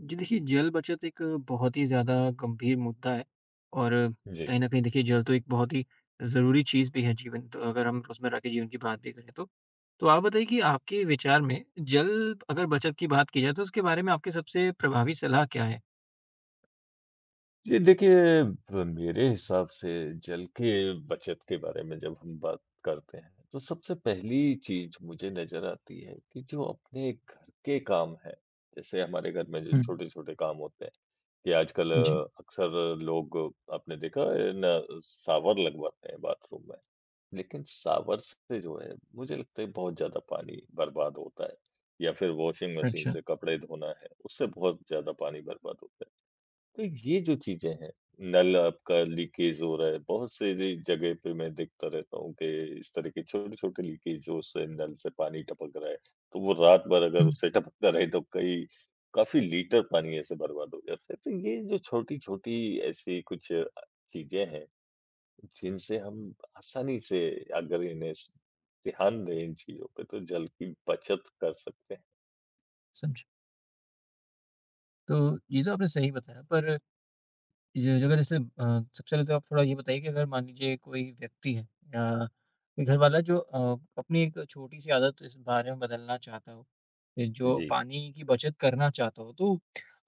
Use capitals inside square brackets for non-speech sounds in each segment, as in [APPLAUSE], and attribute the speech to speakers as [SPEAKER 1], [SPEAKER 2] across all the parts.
[SPEAKER 1] जी देखिए, जल बचत एक बहुत ही ज़्यादा गंभीर मुद्दा है और
[SPEAKER 2] जी।
[SPEAKER 1] कहीं न कहीं देखिए जल तो एक बहुत ही ज़रूरी चीज़ भी है जीवन तो अगर हम रोज़मर्रा के जीवन की बात भी करें तो। तो आप बताइए कि आपके विचार में जल अगर बचत की बात की जाए तो उसके बारे में आपकी सबसे प्रभावी सलाह क्या है?
[SPEAKER 2] जी, देखिए ब मेरे हिसाब से जल के बचत के बारे में जब हम बात करते हैं, तो सबसे पहली चीज़ मुझे नज़र आती है कि जो अपने घर के काम हैं, जैसे हमारे घर में जो
[SPEAKER 1] हुँ।
[SPEAKER 2] छोटे-छोटे काम होते हैं, कि आजकल
[SPEAKER 1] जी।
[SPEAKER 2] अक्सर लोग आपने देखा है न शावर लगवाते हैं बाथरूम में, लेकिन शावर से जो है मुझे लगता है बहुत ज़्यादा पानी बर्बाद होता है या फिर वॉशिंग मशीन
[SPEAKER 1] अच्छा।
[SPEAKER 2] से कपड़े धोना है, उससे बहुत ज़्यादा पानी बर्बाद होता है। तो ये जो चीज़ें हैं, नल आपका लीकेज हो रहा है, बहुत सारी जगह पे मैं देखता रहता हूँ कि इस तरह के छोटे-छोटे लीकेजों से नल से पानी टपक रहा है। तो वो रात भर अगर
[SPEAKER 1] हुँ,
[SPEAKER 2] उससे टपकता रहे तो कई काफ़ी लीटर पानी ऐसे बर्बाद हो जाता है। तो ये जो छोटी-छोटी ऐसी कुछ चीज़ें हैं, जिनसे हम आसानी से अगर इन्हें स ध्यान दें इन चीज़ों पे तो जल की बचत कर सकते हैं।
[SPEAKER 1] समझा। तो ये तो आपने सही बताया पर जी, अगर जैसे सबसे पहले तो आप थोड़ा ये बताइए कि अगर मान लीजिए कोई व्यक्ति है या कोई घर वाला जो अपनी एक छोटी-सी आदत इस बारे में बदलना चाहता हो, ये जो
[SPEAKER 2] जी।
[SPEAKER 1] पानी की बचत करना चाहता हो, तो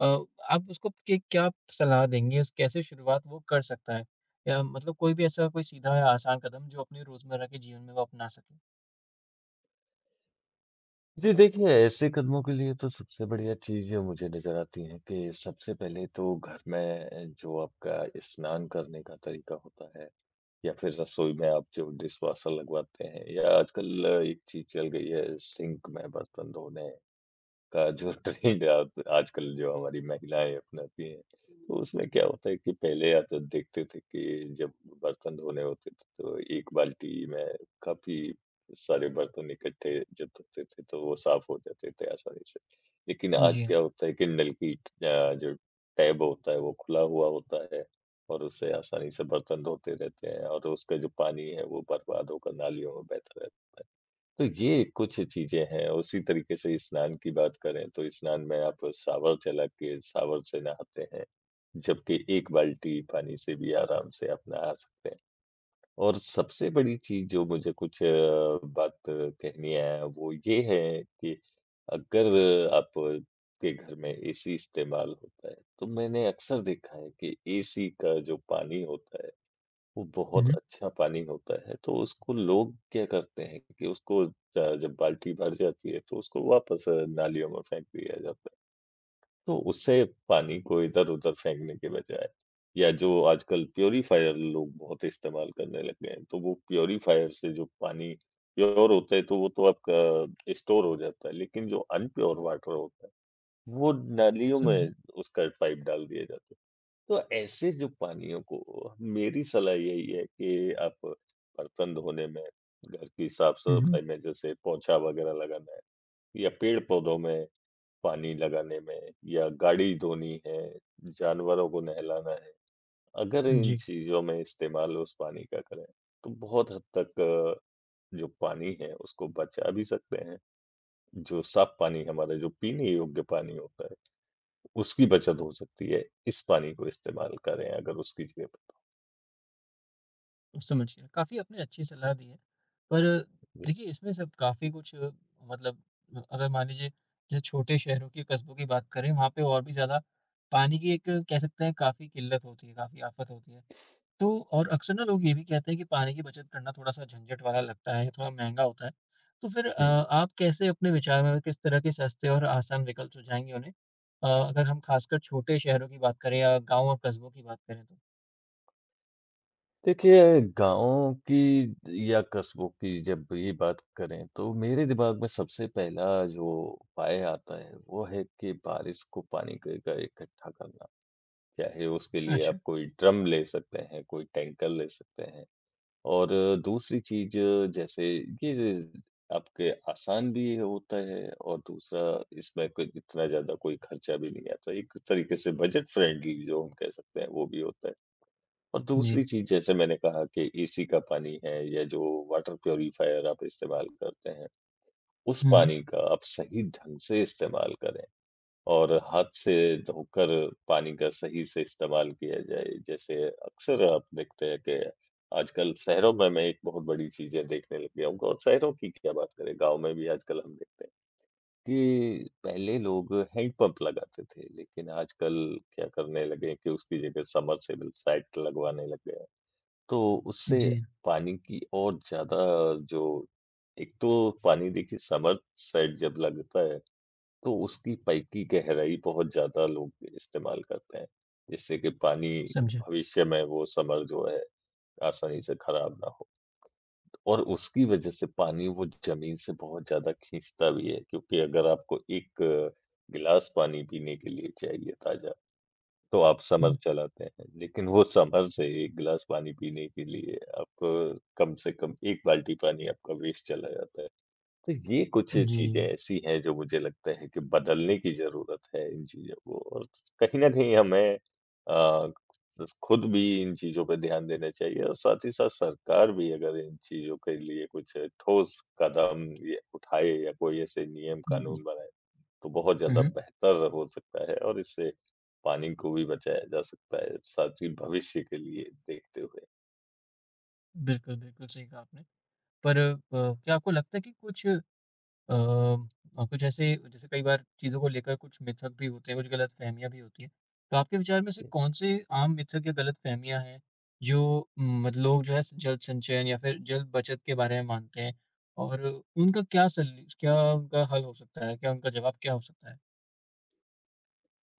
[SPEAKER 1] अ, आप उसको के क्या सलाह देंगे? उस कैसे शुरुआत वो कर सकता है? या मतलब कोई भी ऐसा कोई सीधा या आसान कदम जो अपने रोज़मर्रा के जीवन में वो अपना सके?
[SPEAKER 2] जी देखिए, ऐसे कदमों के लिए तो सबसे बढ़िया चीज़ जो मुझे नज़र आती है कि सबसे पहले तो घर में जो आपका स्नान करने का तरीका होता है या फिर रसोई में आप जो डिशवॉशर लगवाते हैं या आजकल एक चीज़ चल गई है सिंक में बर्तन धोने। का जो [LAUGHS] ट्रेंड अब आजकल जो हमारी महिलाएँ अपनाती हैं, तो उसमें क्या होता है कि पहले या तो देखते थे कि जब बर्तन धोने होते थे, तो एक बाल्टी में काफ़ी सारे बर्तन इकट्ठे जब धोते थे, तो वो साफ़ हो जाते थे आसानी से। लेकिन आज
[SPEAKER 1] जी हाँ।
[SPEAKER 2] क्या होता है कि नल की जो टैब होता है, वो खुला हुआ होता है और उससे आसानी से बर्तन धोते रहते हैं और उसका जो पानी है, वो बर्बाद होकर नालियों में बहता रहता है। तो ये कुछ चीज़ें हैं, उसी तरीके से स्नान की बात करें तो स्नान में आप शावर चला के शावर से नहाते हैं, जबकि एक बाल्टी पानी से भी आराम से आप नहा सकते हैं। और सबसे बड़ी चीज़ जो मुझे कुछ बात कहनी है वो ये है कि अगर आप के घर में एसी इस्तेमाल होता है, तो मैंने अक्सर देखा है कि एसी का जो पानी होता है वो
[SPEAKER 1] हुँ,
[SPEAKER 2] बहुत
[SPEAKER 1] हुँ।
[SPEAKER 2] अच्छा पानी होता है, तो उसको लोग क्या करते हैं कि उसको ज जब बाल्टी भर जाती है, तो उसको वापस नालियों में फेंक दिया जाता है। तो उससे पानी को इधर-उधर फेंकने के बजाय या जो आजकल प्यूरीफायर लोग बहुत इस्तेमाल करने लग गए हैं, तो वो प्यूरीफायर से जो पानी प्योर होता है, तो वो तो आपका स्टोर हो जाता है, लेकिन जो अनप्योर वाटर होता है, वो नालियों
[SPEAKER 1] समझा।
[SPEAKER 2] में उसका पाइप डाल दिया जाता है। तो ऐसे जो पानियों को मेरी सलाह यही है कि आप बर्तन धोने में, घर की
[SPEAKER 1] हुँ, हुँ।
[SPEAKER 2] साफ-सफाई में जैसे पोछा वगैरह लगाना है या पेड़-पौधों में पानी लगाने में या गाड़ी धोनी है, जानवरों को नहलाना है, अगर इन
[SPEAKER 1] जी।
[SPEAKER 2] चीज़ों में इस्तेमाल उस पानी का करें, तो बहुत हद तक जो पानी है उसको बचा भी सकते हैं। जो साफ पानी हमारा जो पीने योग्य पानी होता है, उसकी बचत हो सकती है। इस पानी को इस्तेमाल करें अगर उसकी जगह पे।
[SPEAKER 1] समझ गया। काफ़ी आपने अच्छी सलाह दी है। पर
[SPEAKER 2] जी,
[SPEAKER 1] देखिए इसमें सब काफ़ी कुछ मतलब अगर मान लीजिए जैसे छोटे शहरों के कस्बों की बात करें वहाँ पे और भी ज़्यादा पानी की एक कह सकते हैं काफ़ी किल्लत होती है, काफ़ी आफ़त होती है। तो और अक्सर ना लोग ये भी कहते हैं कि पानी की बचत करना थोड़ा-सा झंझट वाला लगता है, थोड़ा महँगा होता है। तो फिर
[SPEAKER 2] हुँ।
[SPEAKER 1] आप कैसे अपने विचार में किस तरह के सस्ते और आसान विकल्प सुझाएँगे उन्हें? अगर हम खासकर छोटे शहरों की बात करें या गाँव और कस्बों की बात करें तो?
[SPEAKER 2] देखिए, गाँव की या कस्बों की जब ये बात करें, तो मेरे दिमाग में सबसे पहला जो उपाय आता है, वो है कि बारिश को पानी क का इकट्ठा करना। चाहे उसके लिए आप
[SPEAKER 1] अच्छा।
[SPEAKER 2] कोई ड्रम ले सकते हैं, कोई टैंकर ले सकते हैं और दूसरी चीज़ जैसे ये आपके आसान भी होता है और दूसरा इसमें कोई इतना ज़्यादा कोई खर्चा भी नहीं आता। एक तरीके से बजट फ्रेंडली जो हम कह सकते हैं, वो भी होता है। और
[SPEAKER 1] जी।
[SPEAKER 2] दूसरी चीज़ जैसे मैंने कहा कि एसी का पानी है या जो वाटर प्यूरिफायर आप इस्तेमाल करते हैं, उस
[SPEAKER 1] हुँ, हुँ।
[SPEAKER 2] पानी का आप सही ढंग से इस्तेमाल करें और हाथ से धोकर पानी का सही से इस्तेमाल किया जाए। जैसे अक्सर आप देखते हैं कि आजकल शहरों में मैं एक बहुत बड़ी चीज़ है देखने लग गया हूँ और शहरों की क्या बात करें, गाँव में भी आजकल हम देखते हैं कि पहले लोग हैंडपंप लगाते थे, लेकिन आजकल क्या करने लगे हैं कि उसकी जगह समरसेबल साइट लगवाने लग गए हैं। तो उससे
[SPEAKER 1] जी।
[SPEAKER 2] पानी की और ज़्यादा जो एक तो पानी देखिए समर सेट जब लगता है, तो उसकी पाइप की गहराई बहुत ज़्यादा लोग इस्तेमाल करते हैं, जिससे कि पानी
[SPEAKER 1] समझा।
[SPEAKER 2] भविष्य में वो समर जो है आसानी से खराब ना हो। और उसकी वज़ह से पानी वो ज़मीन से बहुत ज़्यादा खींचता भी है, क्योंकि अगर आपको 1 गिलास पानी पीने के लिए चाहिए ताज़ा तो आप समर
[SPEAKER 1] हुँ,
[SPEAKER 2] चलाते हैं, लेकिन वो समर से 1 गिलास पानी पीने के लिए आप कम से कम 1 बाल्टी पानी आपका वेस्ट चला जाता है। तो ये कुछ
[SPEAKER 1] जी।
[SPEAKER 2] चीज़ें ऐसी हैं जो मुझे लगता है कि बदलने की ज़रूरत है इन चीज़ों को और कहीं न कहीं हमें अ, खुद भी इन चीज़ों पे ध्यान देना चाहिए और साथ ही साथ सरकार भी अगर इन चीज़ों के लिए कुछ ठोस कदम ये उठाए या कोई ऐसे नियम
[SPEAKER 1] हुँ,
[SPEAKER 2] कानून बनाए तो बहुत
[SPEAKER 1] हुँ,
[SPEAKER 2] ज़्यादा
[SPEAKER 1] हुँ।
[SPEAKER 2] बेहतर हो सकता है और इससे पानी को भी बचाया जा सकता है, साथ ही भविष्य के लिए देखते हुए।
[SPEAKER 1] बिल्कुल, बिल्कुल सही कहा आपने। पर क्या आपको लगता है कि कुछ अ, कुछ ऐसे जैसे कई बार चीज़ों को लेकर कुछ मिथक भी होते हैं, कुछ गलतफ़हमियाँ भी होती हैं। तो आपके विचार में से कौन-से आम मिथक या गलतफ़हमियाँ हैं जो मत लोग जो है जल संचयन या फिर जल बचत के बारे में मानते हैं और उनका क्या उनका हल हो सकता है? क्या उनका जवाब क्या हो सकता है?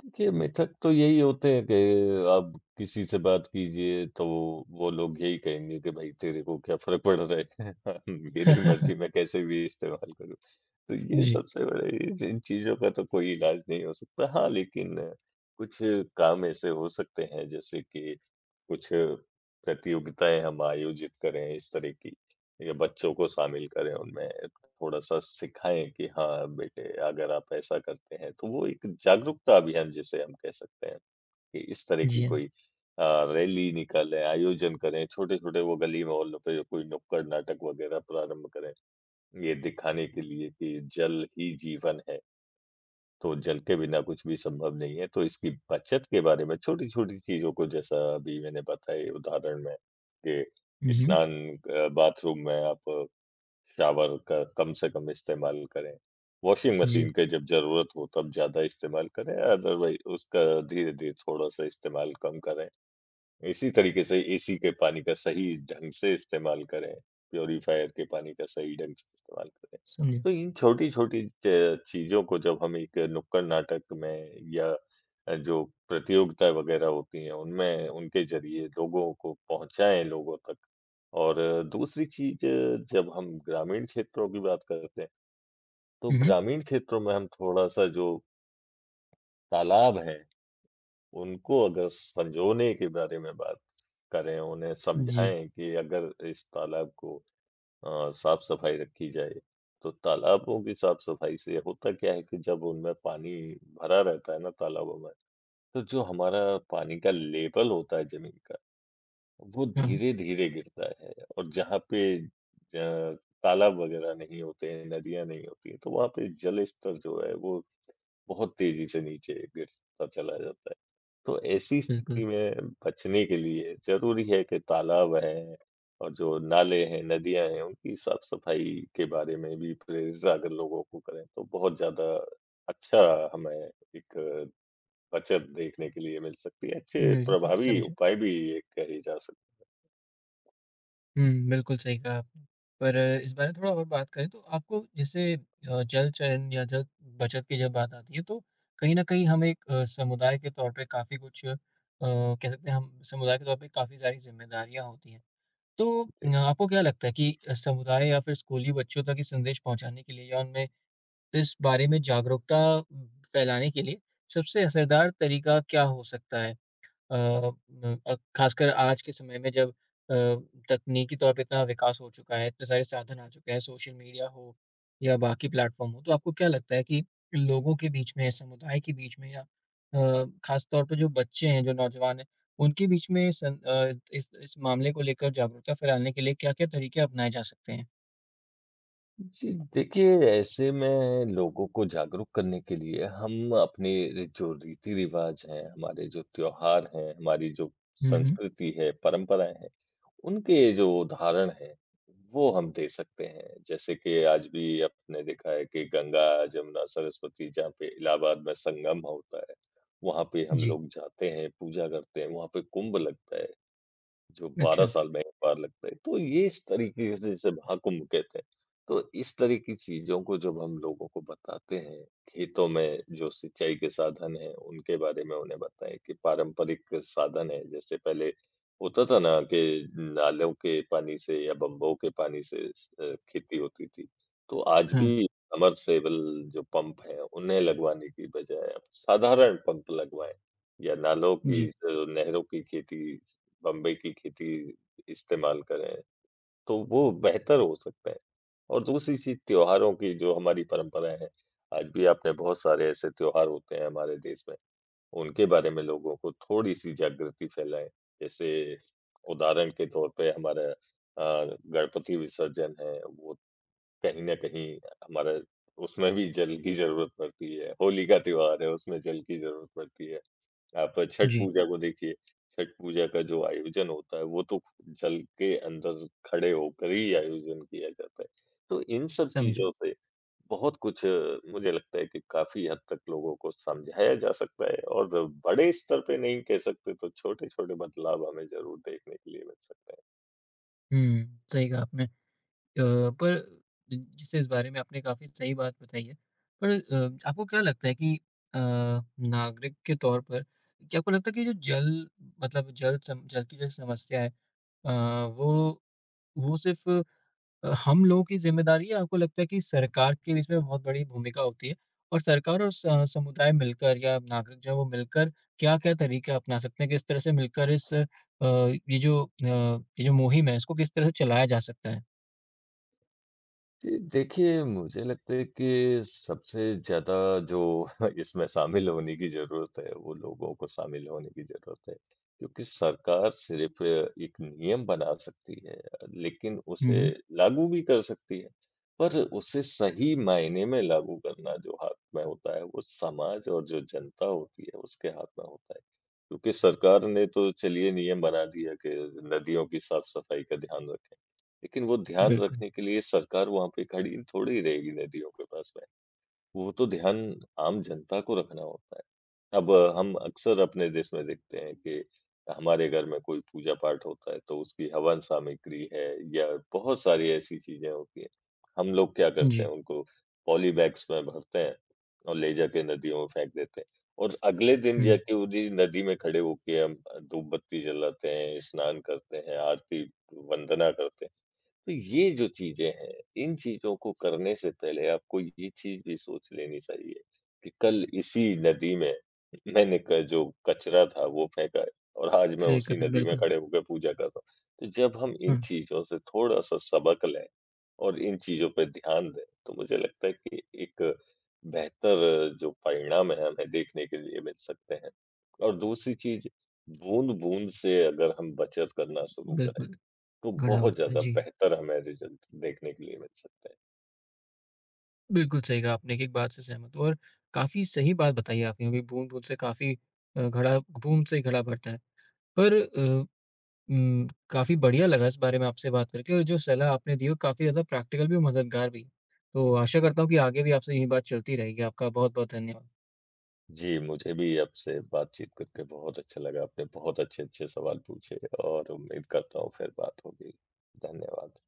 [SPEAKER 2] देखिए, मिथक तो यही होते हैं कि आप किसी से बात कीजिए तो वो लोग यही कहेंगे कि भाई तेरे को क्या फ़र्क पड़ रहा है? [LAUGHS] मेरी मर्ज़ी
[SPEAKER 1] [LAUGHS]
[SPEAKER 2] मैं कैसे भी इस्तेमाल करूँ। तो ये
[SPEAKER 1] जी,
[SPEAKER 2] सबसे बड़े इन इन चीज़ों का तो कोई इलाज नहीं हो सकता। हाँ, लेकिन कुछ काम ऐसे हो सकते हैं जैसे कि कुछ प्रतियोगिताएँ हम आयोजित करें इस तरह की, या बच्चों को शामिल करें उनमें, थोड़ा-सा सिखाएँ कि हाँ, बेटे अगर आप ऐसा करते हैं तो वो एक जागरूकता अभियान जिसे हम कह सकते हैं कि इस तरह की
[SPEAKER 1] जी हाँ।
[SPEAKER 2] कोई रैली निकालें, आयोजन करें, छोटे-छोटे वो गली-मोहल्लों पे कोई नुक्कड़ नाटक वगैरह प्रारंभ करें। ये दिखाने के लिए कि जल ही जीवन है। तो जल के बिना कुछ भी संभव नहीं है, तो इसकी बचत के बारे में छोटी-छोटी चीज़ों को जैसा अभी मैंने बताई उदाहरण में कि
[SPEAKER 1] हुँ, हुँ।
[SPEAKER 2] स्नान बाथरूम में आप शावर का कम से कम इस्तेमाल करें। वॉशिंग
[SPEAKER 1] जी,
[SPEAKER 2] मशीन के जब ज़रूरत हो तब ज़्यादा इस्तेमाल करें, अदरवाइज़ उसका धीरे-धीरे थोड़ा-सा इस्तेमाल कम करें। इसी तरीके से एसी के पानी का सही ढंग से इस्तेमाल करें, प्यूरीफायर के पानी का सही ढंग से इस्तेमाल करें।
[SPEAKER 1] समझा।
[SPEAKER 2] तो इन छोटी-छोटी च चीज़ों को जब हम एक नुक्कड़ नाटक में या जो प्रतियोगिता वगैरह होती हैं, उनमें उनके ज़रिए लोगों को पहुँचाएँ लोगों तक। और दूसरी चीज़ जब हम ग्रामीण क्षेत्रों की बात करते हैं, तो
[SPEAKER 1] हुँ, हुँ।
[SPEAKER 2] ग्रामीण क्षेत्रों में हम थोड़ा-सा जो तालाब हैं उनको अगर संजोने के बारे में बात करें, उन्हें
[SPEAKER 1] जी,
[SPEAKER 2] समझाएँ कि अगर इस तालाब को साफ-सफाई रखी जाए, तो तालाबों की साफ-सफाई से होता क्या है कि जब उनमें पानी भरा रहता है ना तालाबों में, तो जो हमारा पानी का लेवल होता है ज़मीन का, वो
[SPEAKER 1] हाँ, हाँ।
[SPEAKER 2] धीरे-धीरे गिरता है और जहाँ पे ज तालाब वगैरह नहीं होते हैं, नदियाँ नहीं होती हैं, तो वहाँ पे जल स्तर जो है वो बहुत तेज़ी से नीचे गिरता चला जाता है। तो ऐसी स्थिति
[SPEAKER 1] बिल्कुल,
[SPEAKER 2] में बचने के लिए ज़रूरी है कि तालाब हैं और जो नाले हैं, नदियाँ हैं, उनकी साफ-सफाई के बारे में भी प्रेरित अगर लोगों को करें, तो बहुत ज़्यादा अच्छा हमें एक बचत देखने के लिए मिल सकती है। अच्छे
[SPEAKER 1] मिल जाती है,
[SPEAKER 2] प्रभावी
[SPEAKER 1] समझा।
[SPEAKER 2] उपाय भी ये कहे जा सकते
[SPEAKER 1] हुँ, बिल्कुल सही कहा आपने। पर इस बारे में थोड़ा और बात करें तो आपको जैसे जल चयन या जल बचत की जब बात आती है तो कहीं न कहीं हम एक समुदाय के तौर पे काफ़ी कुछ कह सकते हैं हम समुदाय के तौर पे काफ़ी सारी ज़िम्मेदारियाँ होती हैं। तो
[SPEAKER 2] हैं।
[SPEAKER 1] आपको क्या लगता है कि समुदाय या फिर स्कूली बच्चों तक ये संदेश पहुँचाने के लिए या उनमें इस बारे में जागरूकता फैलाने के लिए सबसे असरदार तरीका क्या हो सकता है? अ, न अ, खासकर आज के समय में जब अ, तकनीकी तौर पे इतना विकास हो चुका है, इतने सारे साधन आ चुके हैं, सोशल मीडिया हो या बाकी प्लेटफ़ॉर्म हो, तो आपको क्या लगता है कि लोगों के बीच में, समुदाय के बीच में या खास तौर पे जो बच्चे हैं, जो नौजवान हैं, उनके बीच में इस मामले को लेकर जागरूकता फैलाने के लिए क्या-क्या तरीके अपनाए जा सकते हैं?
[SPEAKER 2] जी, देखिए ऐसे में लोगों को जागरूक करने के लिए हम अपने रि जो रीति-रिवाज हैं, हमारे जो त्योहार हैं, हमारी जो
[SPEAKER 1] हुँ, हुँ।
[SPEAKER 2] संस्कृति है, परंपराएँ हैं, उनके जो उदाहरण हैं, वो हम दे सकते हैं। जैसे कि आज भी आपने देखा है कि गंगा, जमुना, सरस्वती जहाँ पे इलाहाबाद में संगम होता है, वहाँ पे हम
[SPEAKER 1] जी।
[SPEAKER 2] लोग जाते हैं, पूजा करते हैं, वहाँ पे कुंभ लगता है। जो 12
[SPEAKER 1] अच्छा।
[SPEAKER 2] साल में एक बार लगता है। तो ये इस तरीके से जैसे महाकुंभ कहते हैं, तो इस तरह की चीज़ों को जब हम लोगों को बताते हैं, खेतों में जो सिंचाई के साधन हैं, उनके बारे में उन्हें बताएँ कि पारंपरिक साधन है, जैसे पहले होता था ना कि नालों के पानी से या बंबों के पानी से खेती होती थी। तो आज
[SPEAKER 1] हाँ।
[SPEAKER 2] भी सबमर्सिबल जो पंप हैं, उन्हें लगवाने की बजाय अब साधारण पंप लगवाएँ या नालों की
[SPEAKER 1] जी,
[SPEAKER 2] नहरों की खेती बम्बई की खेती इस्तेमाल करें, तो वो बेहतर हो सकता है। और दूसरी चीज़ त्योहारों की जो हमारी परंपरा है, आज भी आपने बहुत सारे ऐसे त्योहार होते हैं हमारे देश में, उनके बारे में लोगों को थोड़ी-सी जागृति फैलाएँ। जैसे उदाहरण के तौर पे हमारा गणपति विसर्जन है, वो कहीं न कहीं हमारा उसमें भी जल की ज़रूरत पड़ती है, होली का त्योहार है, उसमें जल की ज़रूरत पड़ती है। आप छठ
[SPEAKER 1] जी।
[SPEAKER 2] पूजा को देखिए, छठ पूजा का जो आयोजन होता है, वो तो जल के अंदर खड़े होकर ही आयोजन किया जाता है। तो इन सब
[SPEAKER 1] समझा।
[SPEAKER 2] चीज़ों से बहुत कुछ मुझे लगता है कि काफ़ी हद तक लोगों को समझाया जा सकता है और बड़े स्तर पे नहीं कह सकते, तो छोटे-छोटे बदलाव हमें ज़रूर देखने के लिए मिल सकते हैं।
[SPEAKER 1] हुँ, सही कहा आपने। अ, पर जैसे इस बारे में आपने काफ़ी सही बात बताई है। पर आपको क्या लगता है कि नागरिक के तौर पर क्या आपको लगता है कि जो जल मतलब जल की जो समस्या है वो वो सिर्फ़ हम लोगों की ज़िम्मेदारी है? आपको लगता है कि सरकार की भी इसमें बहुत बड़ी भूमिका होती है? और सरकार और स समुदाय मिलकर या नागरिक जो है वो मिलकर क्या-क्या तरीके अपना सकते हैं? किस तरह से मिलकर इस ये जो मुहिम है इसको किस तरह से चलाया जा सकता है?
[SPEAKER 2] जी, देखिए मुझे लगता है कि सबसे ज़्यादा जो [LAUGHS] इसमें शामिल होने की ज़रूरत है, वो लोगों को शामिल होने की ज़रूरत है। क्योंकि सरकार सिर्फ़ एक नियम बना सकती है, लेकिन
[SPEAKER 1] हुँ,
[SPEAKER 2] उसे
[SPEAKER 1] हुँ।
[SPEAKER 2] लागू भी कर सकती है। पर उसे सही मायने में लागू करना जो हाथ में होता है, वो समाज और जो जनता होती है, उसके हाथ में होता है। क्योंकि सरकार ने तो चलिए नियम बना दिया कि नदियों की साफ़-सफ़ाई का ध्यान रखें। लेकिन वो ध्यान
[SPEAKER 1] बिल्कुल,
[SPEAKER 2] रखने के लिए सरकार वहाँ पे खड़ी थोड़ी रहेगी नदियों के पास में। वो तो ध्यान आम जनता को रखना होता है। अब हम अक्सर अपने देश में देखते हैं कि हमारे घर में कोई पूजा-पाठ होता है, तो उसकी हवन सामग्री है या बहुत सारी ऐसी चीज़ें होती हैं। हम लोग क्या करते हैं,
[SPEAKER 1] जी।
[SPEAKER 2] उनको पॉली बैग्स में भरते हैं और ले जाके नदियों में फेंक देते हैं और अगले दिन
[SPEAKER 1] हुँ,
[SPEAKER 2] जाके उन्हीं नदी में खड़े होके हम धूप-बत्ती जलाते हैं, स्नान करते हैं, आरती वंदना करते हैं। तो ये जो चीज़ें हैं, इन चीज़ों को करने से पहले आपको ये चीज़ भी सोच लेनी चाहिए कि कल इसी नदी में मैंने क जो कचरा था वो फेंका है और आज मैं
[SPEAKER 1] सही
[SPEAKER 2] उसी
[SPEAKER 1] कहा,
[SPEAKER 2] नदी में
[SPEAKER 1] बिल्कुल।
[SPEAKER 2] खड़े होकर पूजा कर रहा हूँ। तो जब हम इन
[SPEAKER 1] हाँ,
[SPEAKER 2] चीज़ों से थोड़ा-सा सबक लें और इन चीज़ों पे ध्यान दें, तो मुझे लगता है कि एक बेहतर जो परिणाम है हमें देखने के लिए मिल सकते हैं। और दूसरी चीज़ बूँद-बूँद से अगर हम बचत करना शुरू करें
[SPEAKER 1] बिल्कुल,
[SPEAKER 2] तो
[SPEAKER 1] गढ़ा
[SPEAKER 2] बहुत
[SPEAKER 1] पड़ता है,
[SPEAKER 2] ज़्यादा
[SPEAKER 1] जी।
[SPEAKER 2] बेहतर हमें रिज़ल्ट देखने के लिए मिल सकते हैं।
[SPEAKER 1] बिल्कुल सही कहा आपने कि एक बात से सहमत हूँ और काफ़ी सही बात बताई है आपने अभी बूँद-बूँद से काफ़ी घड़ा बूँद से ही घड़ा भरता है। पर काफ़ी बढ़िया लगा इस बारे में आपसे बात करके और जो सलाह आपने दी है वो काफ़ी ज़्यादा प्रैक्टिकल भी और मददगार भी है। तो आशा करता हूँ कि आगे भी आपसे यही बात चलती रहेगी। आपका बहुत-बहुत धन्यवाद।
[SPEAKER 2] जी, मुझे भी आपसे बातचीत करके बहुत अच्छा लगा। आपने बहुत अच्छे-अच्छे सवाल पूछे और उम्मीद करता हूँ फिर बात होगी। धन्यवाद।